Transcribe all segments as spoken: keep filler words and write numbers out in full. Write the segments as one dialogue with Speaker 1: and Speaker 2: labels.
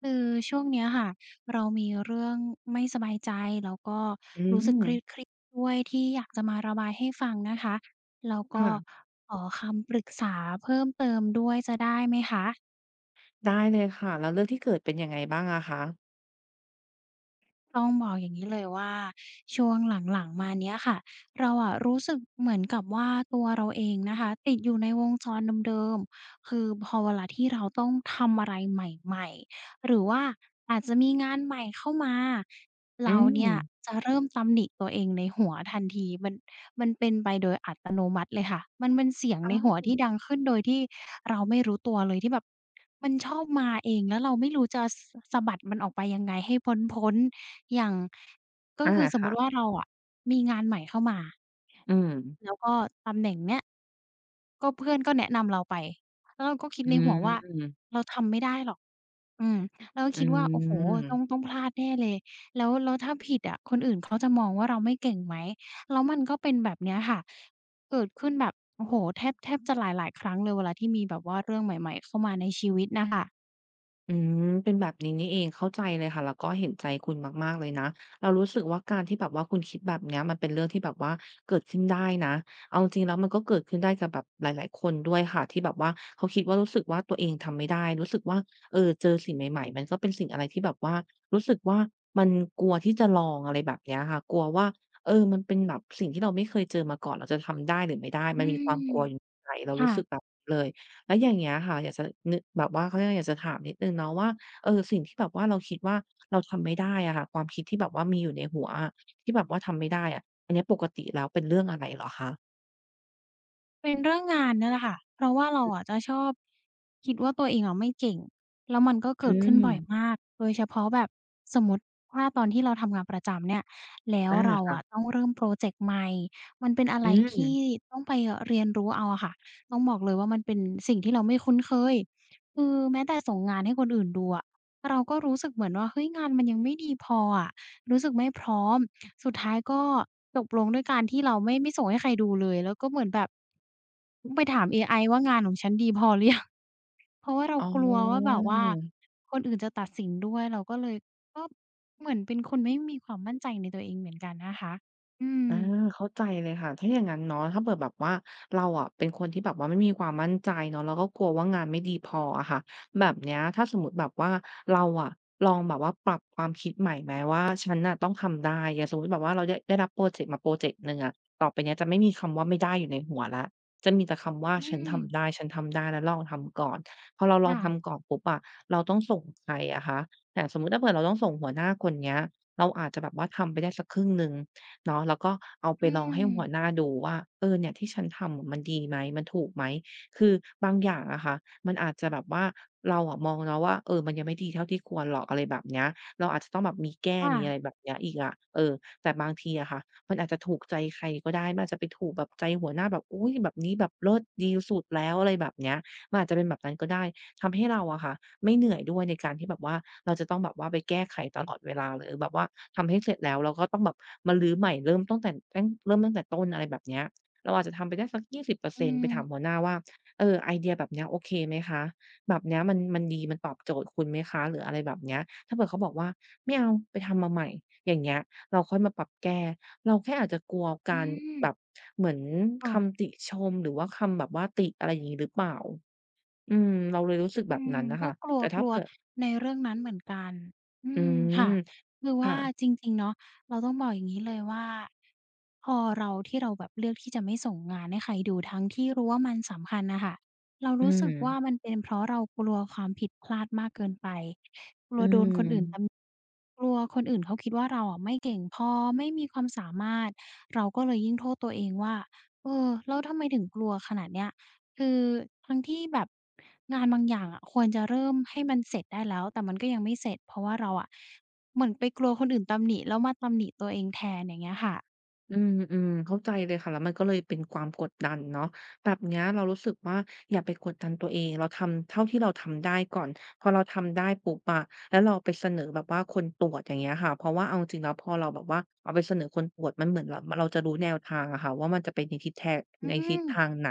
Speaker 1: คือช่วงเนี้ยค่ะเรามีเรื่องไม่สบายใจแล้วก็
Speaker 2: อื
Speaker 1: รู้สึก
Speaker 2: ม
Speaker 1: เครียดเครีดด้วยที่อยากจะมาระบายให้ฟังนะคะแล้วก็
Speaker 2: ค่ะ
Speaker 1: ขอคำปรึกษาเพิ่มเติมด้วยจะได้ไหมคะ
Speaker 2: ได้เลยค่ะ แล้วเรื่องที่เกิดเป็นยังไงบ้างอะคะ
Speaker 1: ต้องบอกอย่างงี้เลยว่าช่วงหลังๆมาเนี้ยค่ะเราอะรู้สึกเหมือนกับว่าตัวเราเองนะคะติดอยู่ในวงจรเดิมๆคือพอเวลาที่เราต้องทำอะไรใหม่ๆหรือว่าอาจจะมีงานใหม่เข้ามา
Speaker 2: อื
Speaker 1: เราเนี่ย
Speaker 2: ม
Speaker 1: จะเริ่มตำหนิตัวเองในหัวทันทีมันมันเป็นไปโดยอัตโนมัติเลยค่ะมันเป็นเสียงในหัว
Speaker 2: อา
Speaker 1: ที่ดังขึ้นโดยที่เราไม่รู้ตัวเลยที่แบบมันชอบมาเองแล้วเราไม่รู้จะสสะบัดมันออกไปยังไงให้พ้นพ้นอย่างก็
Speaker 2: ออา
Speaker 1: คือสมมุติ
Speaker 2: ค่ะ
Speaker 1: ว่าเราอะมีงานใหม่เข้ามา
Speaker 2: อืม
Speaker 1: แล้วก็ตำแหน่งเนี้ยก็เพื่อนก็แนะนำเราไปแล้วเราก็คิด
Speaker 2: อื
Speaker 1: ในหัวว่า
Speaker 2: ม
Speaker 1: เราทำไม่ได้หรอก อืมเราก็
Speaker 2: อื
Speaker 1: คิดว่าโอ้โฮต้องต้
Speaker 2: ม
Speaker 1: องพลาดแน่เลยแล้วแล้วถ้าผิดอะคนอื่นเขาจะมองว่าเราไม่เก่งไหมแล้วมันก็เป็นแบบเนี้ยค่ะเกิดขึ้นแบบโอ้โฮแทบแทบจะหลายๆครั้งเลยเวลาที่มีแบบว่าเรื่องใหม่ๆเข้ามาในชีวิตน่ะค่ะ
Speaker 2: อืมเป็นแบบนี้นี่เองเข้าใจเลยค่ะแล้วก็เห็นใจคุณมากๆเลยนะเรารู้สึกว่าการที่แบบว่าคุณคิดแบบเนี้ยมันเป็นเรื่องที่แบบว่าเกิดขึ้นได้นะเอาจริงๆแล้วมันก็เกิดขึ้นได้กับแบบหลายๆคนด้วยค่ะที่แบบว่าเขาคิดว่ารู้สึกว่าตัวเองทำไม่ได้รู้สึกว่าเออเจอสิ่งใหม่ๆมันก็เป็นสิ่งอะไรที่แบบว่ารู้สึกว่ามันกลัวที่จะลองอะไรแบบเนี้ยค่ะกลัวว่าเออมันเป็นแบบสิ่งที่เราไม่เคยเจอมาก่อนเราจะทำได้หรือไม่ได้
Speaker 1: อื
Speaker 2: มันมีความก
Speaker 1: ม
Speaker 2: ลัวอยู่ในใจเรารู้สึกแบ
Speaker 1: ค่ะ
Speaker 2: บนี้เลย แล้วอย่างเงี้ยค่ะอยากจะนึกแบบว่าเขาเรียกว่าอยากจะถามนิดหนึ่งเนาะว่าเออสิ่งที่แบบว่าเราคิดว่าเราทำไม่ได้อะค่ะความคิดที่แบบว่ามีอยู่ในหัวอะที่แบบว่าทำไม่ได้อะอันเนี้ยปกติแล้วเป็นเรื่องอะไรเหรอคะ
Speaker 1: เป็นเรื่องงานเนี่ยแหละค่ะเพราะว่าเราอะจะชอบคิดว่าตัวเองอะไม่เก่งแล้วมันก็เกิด
Speaker 2: อื
Speaker 1: ขึ้น
Speaker 2: ม
Speaker 1: บ่อยมากโดยเฉพาะแบบสมมุติว่าตอนที่เราทำงานประจำเนี่ยแล้ว
Speaker 2: อา
Speaker 1: เราอะ
Speaker 2: ค่ะ
Speaker 1: ต้องเริ่มพรอเจกต์ใหม่ มันเป็นอะไร
Speaker 2: อื
Speaker 1: ที่
Speaker 2: ม
Speaker 1: ต้องไปเรียนรู้เอาอะค่ะต้องบอกเลยว่ามันเป็นสิ่งที่เราไม่คุ้นเคยคือแม้แต่ส่งงานให้คนอื่นดูอะเราก็รู้สึกเหมือนว่าเฮ้ยงานมันยังไม่ดีพออะ รู้สึกไม่พร้อม สุดท้ายก็จบลงด้วยการที่เราไม่ไม่ส่งให้ใครดูเลย แล้วก็เหมือนแบบไปถามเอไอว่างานของฉันดีพอหรือยัง เพราะว่าเรา
Speaker 2: อ๋อ
Speaker 1: กลัวว่าแบบว่าคนอื่นจะตัดสินด้วยเราก็เลยก็เหมือนเป็นคนไม่มีความมั่นใจในตัวเองเหมือนกันนะคะอืม
Speaker 2: อาเข้าใจเลยค่ะถ้าอย่างงั้นเนาะถ้าเผื่อแบบว่าเราอะเป็นคนที่แบบว่าไม่มีความมั่นใจเนาะแล้วก็กลัวว่างานไม่ดีพออะค่ะแบบเนี้ยถ้าสมมุติแบบว่าเราอะลองแบบว่าปรับความคิดใหม่ไหมว่าฉันน่ะต้องทำได้อย่างสมมุติแบบว่าเราได้ได้รับพรอเจกต์มาพรอเจกต์หนึ่งอะต่อไปเนี้ยจะไม่มีคำว่าไม่ได้อยู่ในหัวแล้วจะมีแต่คำว่า
Speaker 1: อื
Speaker 2: ฉันทำได้
Speaker 1: ม
Speaker 2: ฉันทำได้แล้วลองทำก่อนพอเราลอง
Speaker 1: ค่ะ
Speaker 2: ทำก่อนปุ๊บอะเราต้องส่งใครอะคะอย่างสมมุติถ้าเผื่อเราต้องส่งหัวหน้าคนเนี้ยเราอาจจะแบบว่าทำไปได้สักครึ่งหนึ่ง เนาะแล้วก็เอาไป
Speaker 1: อื
Speaker 2: ลองให้
Speaker 1: ม
Speaker 2: หัวหน้าดูว่าเออเนี่ยที่ฉันทำอะมันดีไหมมันถูกไหมคือบางอย่างอะค่ะมันอาจจะแบบว่าเราอะมองแล้วว่าเออมันยังไม่ดีเท่าที่ควรหรอกอะไรแบบเนี้ยเราอาจจะต้องแบบมีแก้
Speaker 1: ค่ะ
Speaker 2: มีอะไรแบบเนี้ยอีกอะเออแต่บางทีอะค่ะมันอาจจะถูกใจใครก็ได้มันอาจจะไปถูกแบบใจหัวหน้าแบบอุ๊ยแบบนี้แบบเลิศดีสุดแล้วอะไรแบบเนี้ยมันอาจจะเป็นแบบนั้นก็ได้ทำให้เราอะค่ะ ไม่เหนื่อยด้วยในการที่แบบว่าเราจะต้องแบบว่าไปแก้ไขตลอดเวลาหรือแบบว่าทำให้เสร็จแล้วเราก็ต้องแบบมารื้อใหม่เริ่มตั้งแต่ตั้งเริ่มตั้งแต่ต้นอะไรแบบเนี้ยเราอาจจะทำไปได้สัก
Speaker 1: อื
Speaker 2: ยี่สิบเปอร์เซ็นต์ไป
Speaker 1: ม
Speaker 2: ถามหัวหน้าว่าเออไอเดียแบบเนี้ยโอเคไหมคะแบบเนี้ยมันมันดีมันตอบโจทย์คุณไหมคะหรืออะไรแบบเนี้ยถ้าเผื่อเขาบอกว่าไม่เอาไปทำมาใหม่อย่างเงี้ยเราค่อยมาปรับแก้เราแค่อาจจะกลัว
Speaker 1: อื
Speaker 2: การ
Speaker 1: ม
Speaker 2: แบบเหมือน
Speaker 1: ค่ะ
Speaker 2: คำติชมหรือว่าคำแบบว่าติอะไรอย่างงี้หรือเปล่า อืมเราเลยรู้สึก
Speaker 1: อื
Speaker 2: แบบ
Speaker 1: ม
Speaker 2: นั้นน่ะ
Speaker 1: ก็
Speaker 2: ค่ะ
Speaker 1: กลัว
Speaker 2: แต่
Speaker 1: ก
Speaker 2: ถ้า
Speaker 1: ลัว
Speaker 2: เผื่อ
Speaker 1: ในเรื่องนั้นเหมือนกันอื
Speaker 2: อื
Speaker 1: มค่ะ
Speaker 2: ม
Speaker 1: คือว่า
Speaker 2: ค่ะ
Speaker 1: จริงๆเนาะเราต้องบอกอย่างงี้เลยว่าพอเราที่เราแบบเลือกที่จะไม่ส่งงานให้ใครดูทั้งที่รู้ว่ามันสำคัญน่ะค่ะเรา
Speaker 2: อื
Speaker 1: รู้
Speaker 2: ม
Speaker 1: สึกว่ามันเป็นเพราะเรากลัวความผิดพลาดมากเกินไป
Speaker 2: อื
Speaker 1: ท
Speaker 2: ม
Speaker 1: ำกลัวคนอื่นเขาคิดว่าเราอะไม่เก่งพอไม่มีความสามารถเราก็เลยยิ่งโทษตัวเองว่าเออแล้วทำไมถึงกลัวขนาดเนี้ยคือทั้งที่แบบงานบางอย่างอะควรจะเริ่มให้มันเสร็จได้แล้วแต่มันก็ยังไม่เสร็จเพราะว่าเราอะเหมือนไปกลัวคนอื่นตำหนิแล้วมาตำหนิตัวเองแทนอย่างเงี้ยค่ะ
Speaker 2: อืมอืมเข้าใจเลยค่ะแล้วมันก็เลยเป็นความกดดันเนาะแบบเนี้ยเรารู้สึกว่าอย่าไปกดดันตัวเองเราทำเท่าที่เราทำได้ก่อนพอเราทำได้ปุ๊บอะแล้วเราไปเสนอแบบว่าคนตรวจอย่างเงี้ยค่ะเพราะว่าเอาจริงแล้วพอเราแบบว่าเอาไปเสนอคนตรวจมันเหมือนเราเราจะรู้แนวทางอะค่ะว่ามันจะเปนในทิศแทง
Speaker 1: อื
Speaker 2: ในทิศ
Speaker 1: ม
Speaker 2: ทางไหน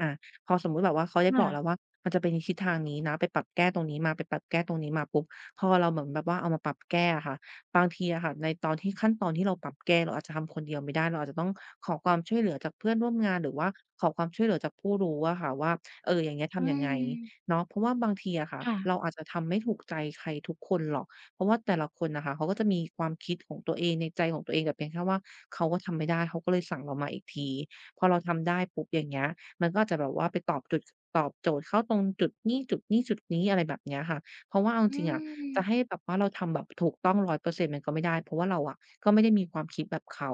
Speaker 2: อะพอสมมุติแบบว่าเขาได้บอกแลาว
Speaker 1: ค่ะ
Speaker 2: ว่ามันจะเปนในทิศทางนี้นะไปปรับแก้ตรงนี้มาไปปรับแก้ตรงนี้มาปุ๊บพอเราเหมือนแบบว่าเอามาปรับแก้ค่ะ บางทีอะค่ะในตอนที่ขั้นตอนที่เราปรับแก้เราอาจจะทำคนเดียวไม่ได้เราอาจจะต้องขอความช่วยเหลือจากเพื่อนร่วมงานหรือว่าขอความช่วยเหลือจากผู้รู้อะค่ะว่าเอออย่างเงี้ย
Speaker 1: อื
Speaker 2: ทำยังไง
Speaker 1: ม
Speaker 2: เนาะเพราะว่าบางทีอะค่ะ
Speaker 1: ค่ะ
Speaker 2: เราอาจจะทำไม่ถูกใจใครทุกคนหรอกเพราะว่าแต่ละคนน่ะค่ะเขาก็จะมีความคิดของตัวเองในใจของตัวเองแต่เพียงแค่ว่าเขาก็ทำไม่ได้เขาก็เลยสั่งเรามาอีกทีพอเราทำได้ปุ๊บอย่างเงี้ยมันก็อาจจะแบบว่าไปตอบจุดตอบโจทย์เขาตรงจุดนี้จุดนี้จุดนี้อะไรแบบเนี้ยค่ะเพราะว่าเอาจ
Speaker 1: อื
Speaker 2: ริงๆอะ จะให้
Speaker 1: ม
Speaker 2: แบบว่าเราทำแบบถูกต้องร้อยเปอรเซ็นต์มันก็ไม่ได้เพราะว่าเราอะก็ไม่ได้มีความคิดแบบเขา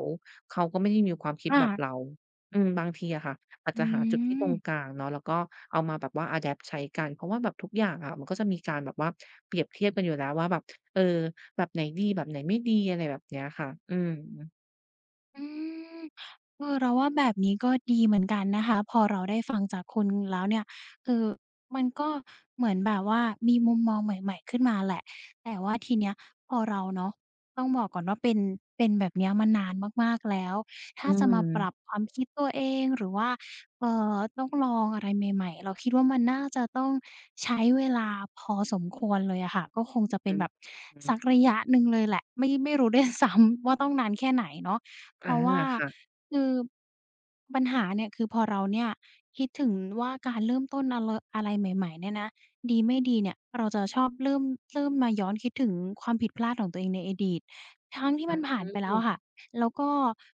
Speaker 2: เขาก็ไม่ได้มีความคิดแบบเรา
Speaker 1: ค่ะ
Speaker 2: อืมบางทีอะค่ะอาจ
Speaker 1: อื
Speaker 2: จะหาจุดที่ตรงก
Speaker 1: ม
Speaker 2: ลางเนาะแล้วก็เอามาแบบว่าอะแดปต์ใช้กันเพราะว่าแบบทุกอย่างอะมันก็จะมีการแบบว่าเปรียบเทียบกันอยู่แล้วว่าแบบเออแบบไหนดีแบบไหนไม่ดีอะไรแบบเนี้ยค่ะอืม
Speaker 1: อืมเออเราว่าแบบนี้ก็ดีเหมือนกันนะคะพอเราได้ฟังจากคุณแล้วเนี่ยคือมันก็เหมือนแบบว่ามีมุมมองใหม่ๆขึ้นมาแหละแต่ว่าทีเนี้ยพอเราเนาะต้องบอกก่อนว่าเป็นเป็นแบบเนี้ยมานานมากๆแล้ว
Speaker 2: อื
Speaker 1: ถ้าจะมาปรับ
Speaker 2: ม
Speaker 1: ความคิดตัวเองหรือว่าเอ่อต้องลองอะไรใหม่ๆเราคิดว่ามันน่าจะต้องใช้เวลาพอสมควรเลยอะค่ะก็คงจะเป็น
Speaker 2: อื
Speaker 1: แบบ
Speaker 2: ม
Speaker 1: สักระยะหนึ่งเลยแหละไม่ไม่รู้ด้วย ซ้ำว่าต้องนานแค่ไหนเนาะ เพ
Speaker 2: อา
Speaker 1: ราะว่า
Speaker 2: ค่ะ
Speaker 1: คือปัญหาเนี่ยคือพอเราเนี่ยคิดถึงว่าการเริ่มต้นอะไรอะไรใหม่ๆเนี่ยนะดีไม่ดีเนี่ยเราจะชอบเริ่มเริ่มมาย้อนคิดถึงความผิดพลาดของตัวเองในอดีตทั้งที่
Speaker 2: อื
Speaker 1: มันผ่านไปแล้ว
Speaker 2: ม
Speaker 1: อะค่ะแล้วก็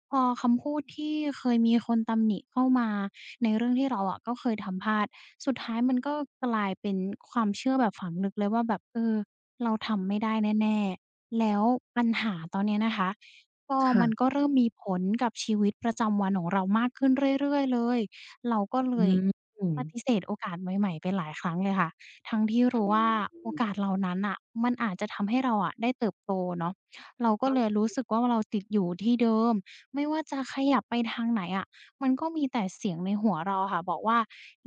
Speaker 1: พอคำพูดที่เคยมีคนตำหนิเข้ามาในเรื่องที่เราอะก็เคยทำพลาดสุดท้ายมันก็กลายเป็นความเชื่อแบบฝังลึกเลยว่าแบบเออเราทำไม่ได้แน่ๆแล้วปัญหาตอนเนี้ยนะคะ ก็มันก็
Speaker 2: ค่ะ
Speaker 1: เริ่มมีผลกับชีวิตประจำวันของเรามากขึ้นเรื่อยๆเลย เราก็เล
Speaker 2: อื
Speaker 1: ย
Speaker 2: มอืม
Speaker 1: ปฏิเสธโอกาสใหม่ๆไปหลายครั้งเลยค่ะทั้งที่รู้ว่าโอกาสเหล่านั้นน่ะมันอาจจะทำให้เราอะได้เติบโตเนาะเราก็เลยรู้สึกว่าเราติดอยู่ที่เดิม ไม่ว่าจะขยับไปทางไหนอะมันก็มีแต่เสียงในหัวเราอะค่ะบอกว่า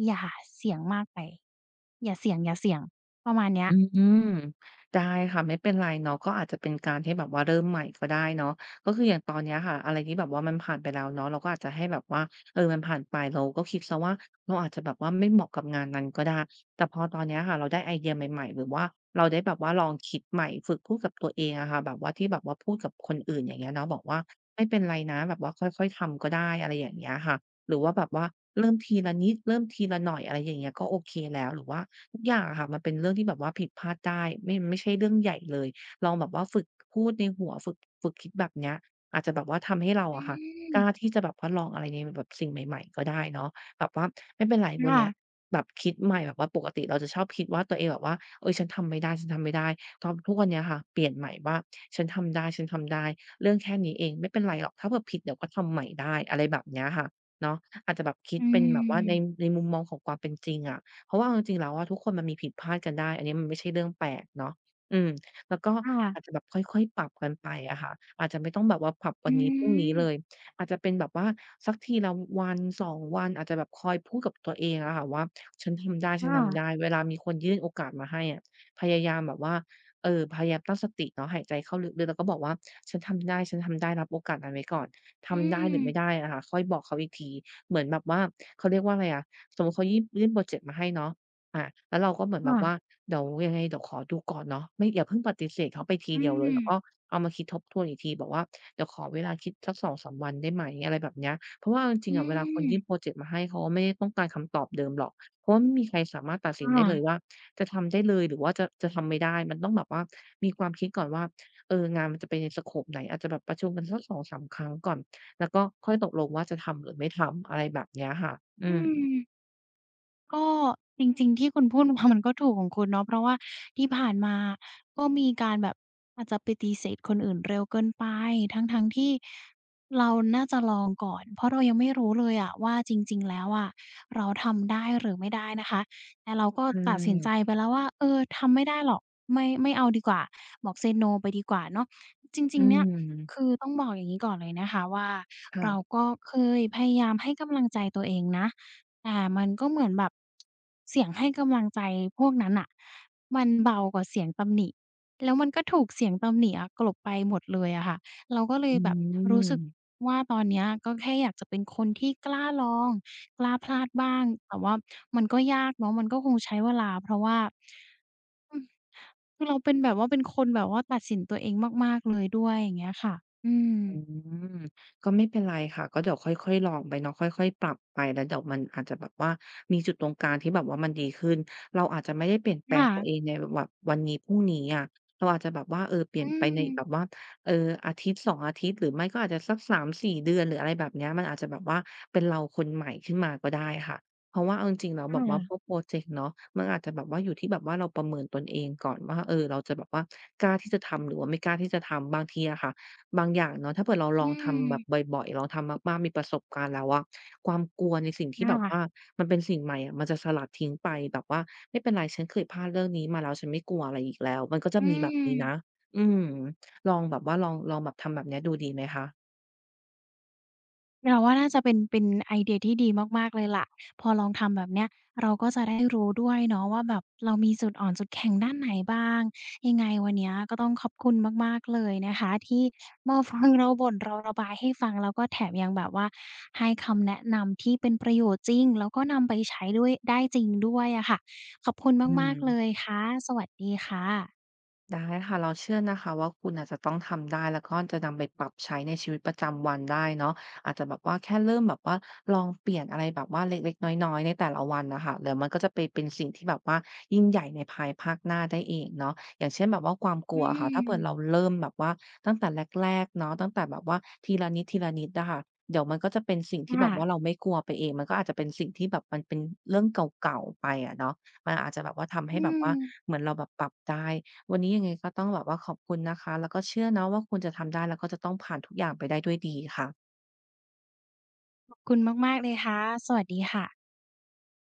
Speaker 1: อย่าเสี่ยงมากไป อย่าเสี่ยงอย่าเสี่ยงประมาณเนี้ย
Speaker 2: อืมได้ค่ะไม่เป็นไรเนาะก็อาจจะเป็นการที่แบบว่าเริ่มใหม่ก็ได้เนาะก็คืออย่างตอนเนี้ยค่ะอะไรที่แบบว่ามันผ่านไปแล้วเนาะเราก็อาจจะให้แบบว่าเออมันผ่านไปเราก็คิดเสียว่าเราอาจจะแบบว่าไม่เหมาะกับงานนั้นก็ได้แต่พอตอนเนี้ยค่ะเราได้ไอเดียใหม่ๆหรือว่าเราได้แบบว่าลองคิดใหม่ฝึกพูดกับตัวเองอะค่ะแบบว่าที่แบบว่าพูดกับคนอื่นอย่างเงี้ยเนาะบอกว่าไม่เป็นไรนะแบบว่าค่อยๆทำก็ได้อะไรอย่างเงี้ยค่ะ หรือว่าแบบว่าเริ่มทีละนิดเริ่มทีละหน่อยอะไรอย่างเงี้ยก็โอเคแล้วหรือว่าทุกอย่างอะค่ะมันเป็นเรื่องที่แบบว่าผิดพลาดได้ไม่มันไม่ใช่เรื่องใหญ่เลยลองแบบว่าฝึกพูดในหัวฝึกฝึกคิดแบบเนี้ยอาจจะแบบว่าทำให้เรา
Speaker 1: อื
Speaker 2: อะค่ะ
Speaker 1: ม
Speaker 2: กล้าที่จะแบบว่าลองอะไรในแบบสิ่งใหม่ๆก็ได้เนาะแบบว่าไม่เป็นไรวัน
Speaker 1: ค่ะ
Speaker 2: เนี้ยแบบคิดใหม่แบบว่าปกติเราจะชอบคิดว่าตัวเองแบบว่าเฮ้ยฉันทำไม่ได้ฉันทำไม่ได้ตอนทุกวันเนี้ยค่ะเปลี่ยนใหม่ว่าฉันทำได้ฉันทำได้เรื่องแค่นี้เองไม่เป็นไรหรอกถ้าเผื่อผิดเดี๋ยวก็ทำใหม่ได้อะไรแบบเนี้ยค่ะ เนาะอาจจะแบบคิด
Speaker 1: อื
Speaker 2: เป็นแบบว่าใน
Speaker 1: ม
Speaker 2: ในมุมมองของความเป็นจริงอะเพราะว่าเอาจริงๆแล้วอะทุกคนมันมีผิดพลาดกันได้อันนี้มันไม่ใช่เรื่องแปลกเนาะอืมแล้วก็
Speaker 1: ค
Speaker 2: อาจจะ
Speaker 1: ่ะ
Speaker 2: แบบค่อยๆปรับกันไปอะค่ะอาจจะไม่ต้องแบบว่าปรับวั
Speaker 1: อื
Speaker 2: นนี้พรุ่งนี้
Speaker 1: ม
Speaker 2: เลยอาจจะเป็นแบบว่าสักทีละวันสองวันอาจจะแบบคอยพูดกับตัวเองอะค่ะว่าฉันทำได้
Speaker 1: ค
Speaker 2: ฉันทำได้
Speaker 1: ่ะ
Speaker 2: เวลามีคนยื่นโอกาสมาให้อะพยายามแบบว่าเอ่อพยายามตั้งสติเนาะหายใจเข้าลึกๆแล้วก็บอกว่าฉันทำได้ฉันทำได้รับโอกาสนั้นไว้ก่อน
Speaker 1: อื
Speaker 2: ทำได้หรื
Speaker 1: ม
Speaker 2: อไม่ได้อะค่ะค่อยบอกเขาอีกทีเหมือนแบบว่าเขาเรียกว่าอะไรอะสมมุติเขายื่นยื่นพรอเจกต์มาให้เนาะอาแล้วเราก็เหมือนแบบว่า
Speaker 1: ค่ะ
Speaker 2: เดี๋ยวยังไงเดี๋ยวขอดูก่อนเนาะไม่อย่าเพิ่งปฏิเสธเขาไปที
Speaker 1: อื
Speaker 2: เดียวเลย
Speaker 1: ม
Speaker 2: แล้วก็เอามาคิดทบทวนอีกทีบอกว่าเดี๋ยวขอเวลาคิดสักสองสามวันได้ไหมอะไรแบบเนี้ยเพราะว่าเอาจริ
Speaker 1: อื
Speaker 2: งๆอะเวลาคนยื่นพร
Speaker 1: ม
Speaker 2: อเจกต์มาให้เขาก็ไม่ได้ต้องการคำตอบเดิมหรอกเพราะว่าไม่มีใครสามารถตัด
Speaker 1: ค
Speaker 2: สินได้เลย
Speaker 1: ่ะ
Speaker 2: ว่าจะทำได้เลยหรือว่าจะจะทำไม่ได้มันต้องแบบว่ามีความคิดก่อนว่าเอองานมันจะไปในสโกปไหนอาจจะแบบประชุมกันสักสองสามครั้งก่อน แล้วก็ค่อยตกลงว่าจะทำหรือไม่ทำอะไรแบบเนี้ยค่ะ
Speaker 1: อื
Speaker 2: อืม
Speaker 1: ม ก็จริงๆที่คุณพูด มามันก็ถูกของคุณเนาะเพราะว่าที่ผ่านมาก็มีการแบบอาจจะปฏิเสธคนอื่นเร็วเกินไปทั้งๆที่เราน่าจะลองก่อนเพราะเรายังไม่รู้เลยอะว่าจริงๆแล้วอะเราทำได้หรือไม่ได้นะคะแต่เราก็
Speaker 2: ใช่
Speaker 1: ตัดสินใจไปแล้วว่าเออทำไม่ได้หรอกไม่ไม่เอาดีกว่าบอก เซ โน ไปดีกว่าเนาะจริ
Speaker 2: อื
Speaker 1: งๆเนี่ยคื
Speaker 2: ม
Speaker 1: อต้องบอกอย่างงี้ก่อนเลยนะคะว่า
Speaker 2: ค่ะ
Speaker 1: เราก็เคยพยายามให้กำลังใจตัวเองนะ แต่มันก็เหมือนแบบเสียงให้กำลังใจพวกนั้นน่ะมันเบากว่าเสียงตำหนิแล้วมันก็ถูกเสียงตำหนิอะกลบไปหมดเลยอะค่ะเราก็เลย
Speaker 2: อื
Speaker 1: แบบรู้สึก
Speaker 2: ม
Speaker 1: ว่าตอนเนี้ยก็แค่อยากจะเป็นคนที่กล้าลองกล้าพลาดบ้างแต่ว่ามันก็ยากเนาะมันก็คงใช้เวลาเพราะว่าคือเราเป็นแบบว่าเป็นคนแบบว่าตัดสินตัวเองมากๆเลยด้วยอย่างเงี้ยค่ะอืม
Speaker 2: อืมก็ไม่เป็นไรค่ะก็เดี๋ยวค่อยๆลองไปเนาะค่อยๆปรับไปแล้วเดี๋ยวมันอาจจะแบบว่ามีจุดตรงกลางที่แบบว่ามันดีขึ้นเราอาจจะไม่ได้เปลี่ยนแปลง
Speaker 1: ค่ะ
Speaker 2: ตัวเองในแบบวันนี้พรุ่งนี้อะเราอาจจะแบบว่าเออเป
Speaker 1: อื
Speaker 2: ลี่ยนไปในแบบ
Speaker 1: ม
Speaker 2: ว่าเอออาทิตย์สองอาทิตย์หรือไม่ก็อาจจะสักสามถึงสี่เดือนหรืออะไรแบบเนี้ยมันอาจจะแบบว่าเป็นเราคนใหม่ขึ้นมาก็ได้ค่ะเพราะว่าเอาจริงๆแล้ว
Speaker 1: ค
Speaker 2: แบบว่าพวก
Speaker 1: ่ะ
Speaker 2: พรอเจกต์เนาะมันอาจจะแบบว่าอยู่ที่แบบว่าเราประเมินตนเองก่อนว่าเออเราจะแบบว่ากล้าที่จะทำหรือว่าไม่กล้าที่จะทำบางทีอะค่ะ บางอย่างเนาะถ้าเผื่อเราล
Speaker 1: อื
Speaker 2: อง
Speaker 1: ม
Speaker 2: ทำแบบบ่อยๆลองทำมากๆมีประสบการณ์แล้วอะความกลัวในสิ่งที่แบบว่า
Speaker 1: ค่ะ
Speaker 2: มันเป็นสิ่งใหม่อะมันจะสลัดทิ้งไปแบบว่าไม่เป็นไรฉันเคยพลาดเรื่องนี้มาแล้วฉันไม่กลัวอะไรอีกแล้วมันก็จะ
Speaker 1: อื
Speaker 2: มีแบบ
Speaker 1: ม
Speaker 2: นี้นะอืมลองแบบว่าลองลองแบบทำแบบเนี้ยดูดีไหมคะ
Speaker 1: เราว่าน่าจะเป็นเป็นไอเดียที่ดีมากๆเลยล่ะพอลองทำแบบเนี้ยเราก็จะได้รู้ด้วยเนาะว่าแบบเรามีจุดอ่อนจุดแข็งด้านไหนบ้างยังไงวันเนี้ยก็ต้องขอบคุณมากๆเลยนะคะที่มาฟังเราบ่นเราระบายให้ฟังแล้วก็แถมยังแบบว่าให้คำแนะนำที่เป็นประโยชน์จริงแล้วก็นำไปใช้ด้วยได้จริงด้วยอะค่ะขอบคุณ
Speaker 2: อื
Speaker 1: มากๆเลย
Speaker 2: ม
Speaker 1: ค่ะสวัสดีค่ะ
Speaker 2: ได้ค่ะเราเชื่อนะคะว่าคุณอาจจะต้องทำได้แล้วก็จะนำไปปรับใช้ในชีวิตประจำวันได้เนาะอาจจะแบบว่าแค่เริ่มแบบว่าลองเปลี่ยนอะไรแบบว่าเล็กๆน้อยๆในแต่ละวันนะคะเดี๋ยวมันก็จะไปเป็นสิ่งที่แบบว่ายิ่งใหญ่ในภายภาคหน้าได้เองเนาะอย่างเช่นแบบว่าความก
Speaker 1: อื
Speaker 2: ลัวค่ะถ้าเปิดเรา
Speaker 1: ม
Speaker 2: เริ่มแบบว่าตั้งแต่แรกๆเนาะตั้งแต่แบบว่าทีละนิดทีละนิดนะคะเดี๋ยวมันก็จะเป็นสิ่งที่แบ
Speaker 1: ค่ะ
Speaker 2: บว่าเราไม่กลัวไปเองมันก็อาจจะเป็นสิ่งที่แบบมันเป็นเรื่องเก่าๆไปอะเนาะมันอาจจะแบบว่าทำ
Speaker 1: อื
Speaker 2: ให้แบบ
Speaker 1: ม
Speaker 2: ว่าเหมือนเราแบบปรับได้ วันนี้ยังไงก็ต้องแบบว่าขอบคุณนะคะแล้วก็เชื่อเนาะว่าคุณจะทำได้แล้วก็จะต้องผ่านทุกอย่างไปได้ด้วยดีค่ะ
Speaker 1: ขอบคุณมากๆเลยค่ะสวัสดีค่ะ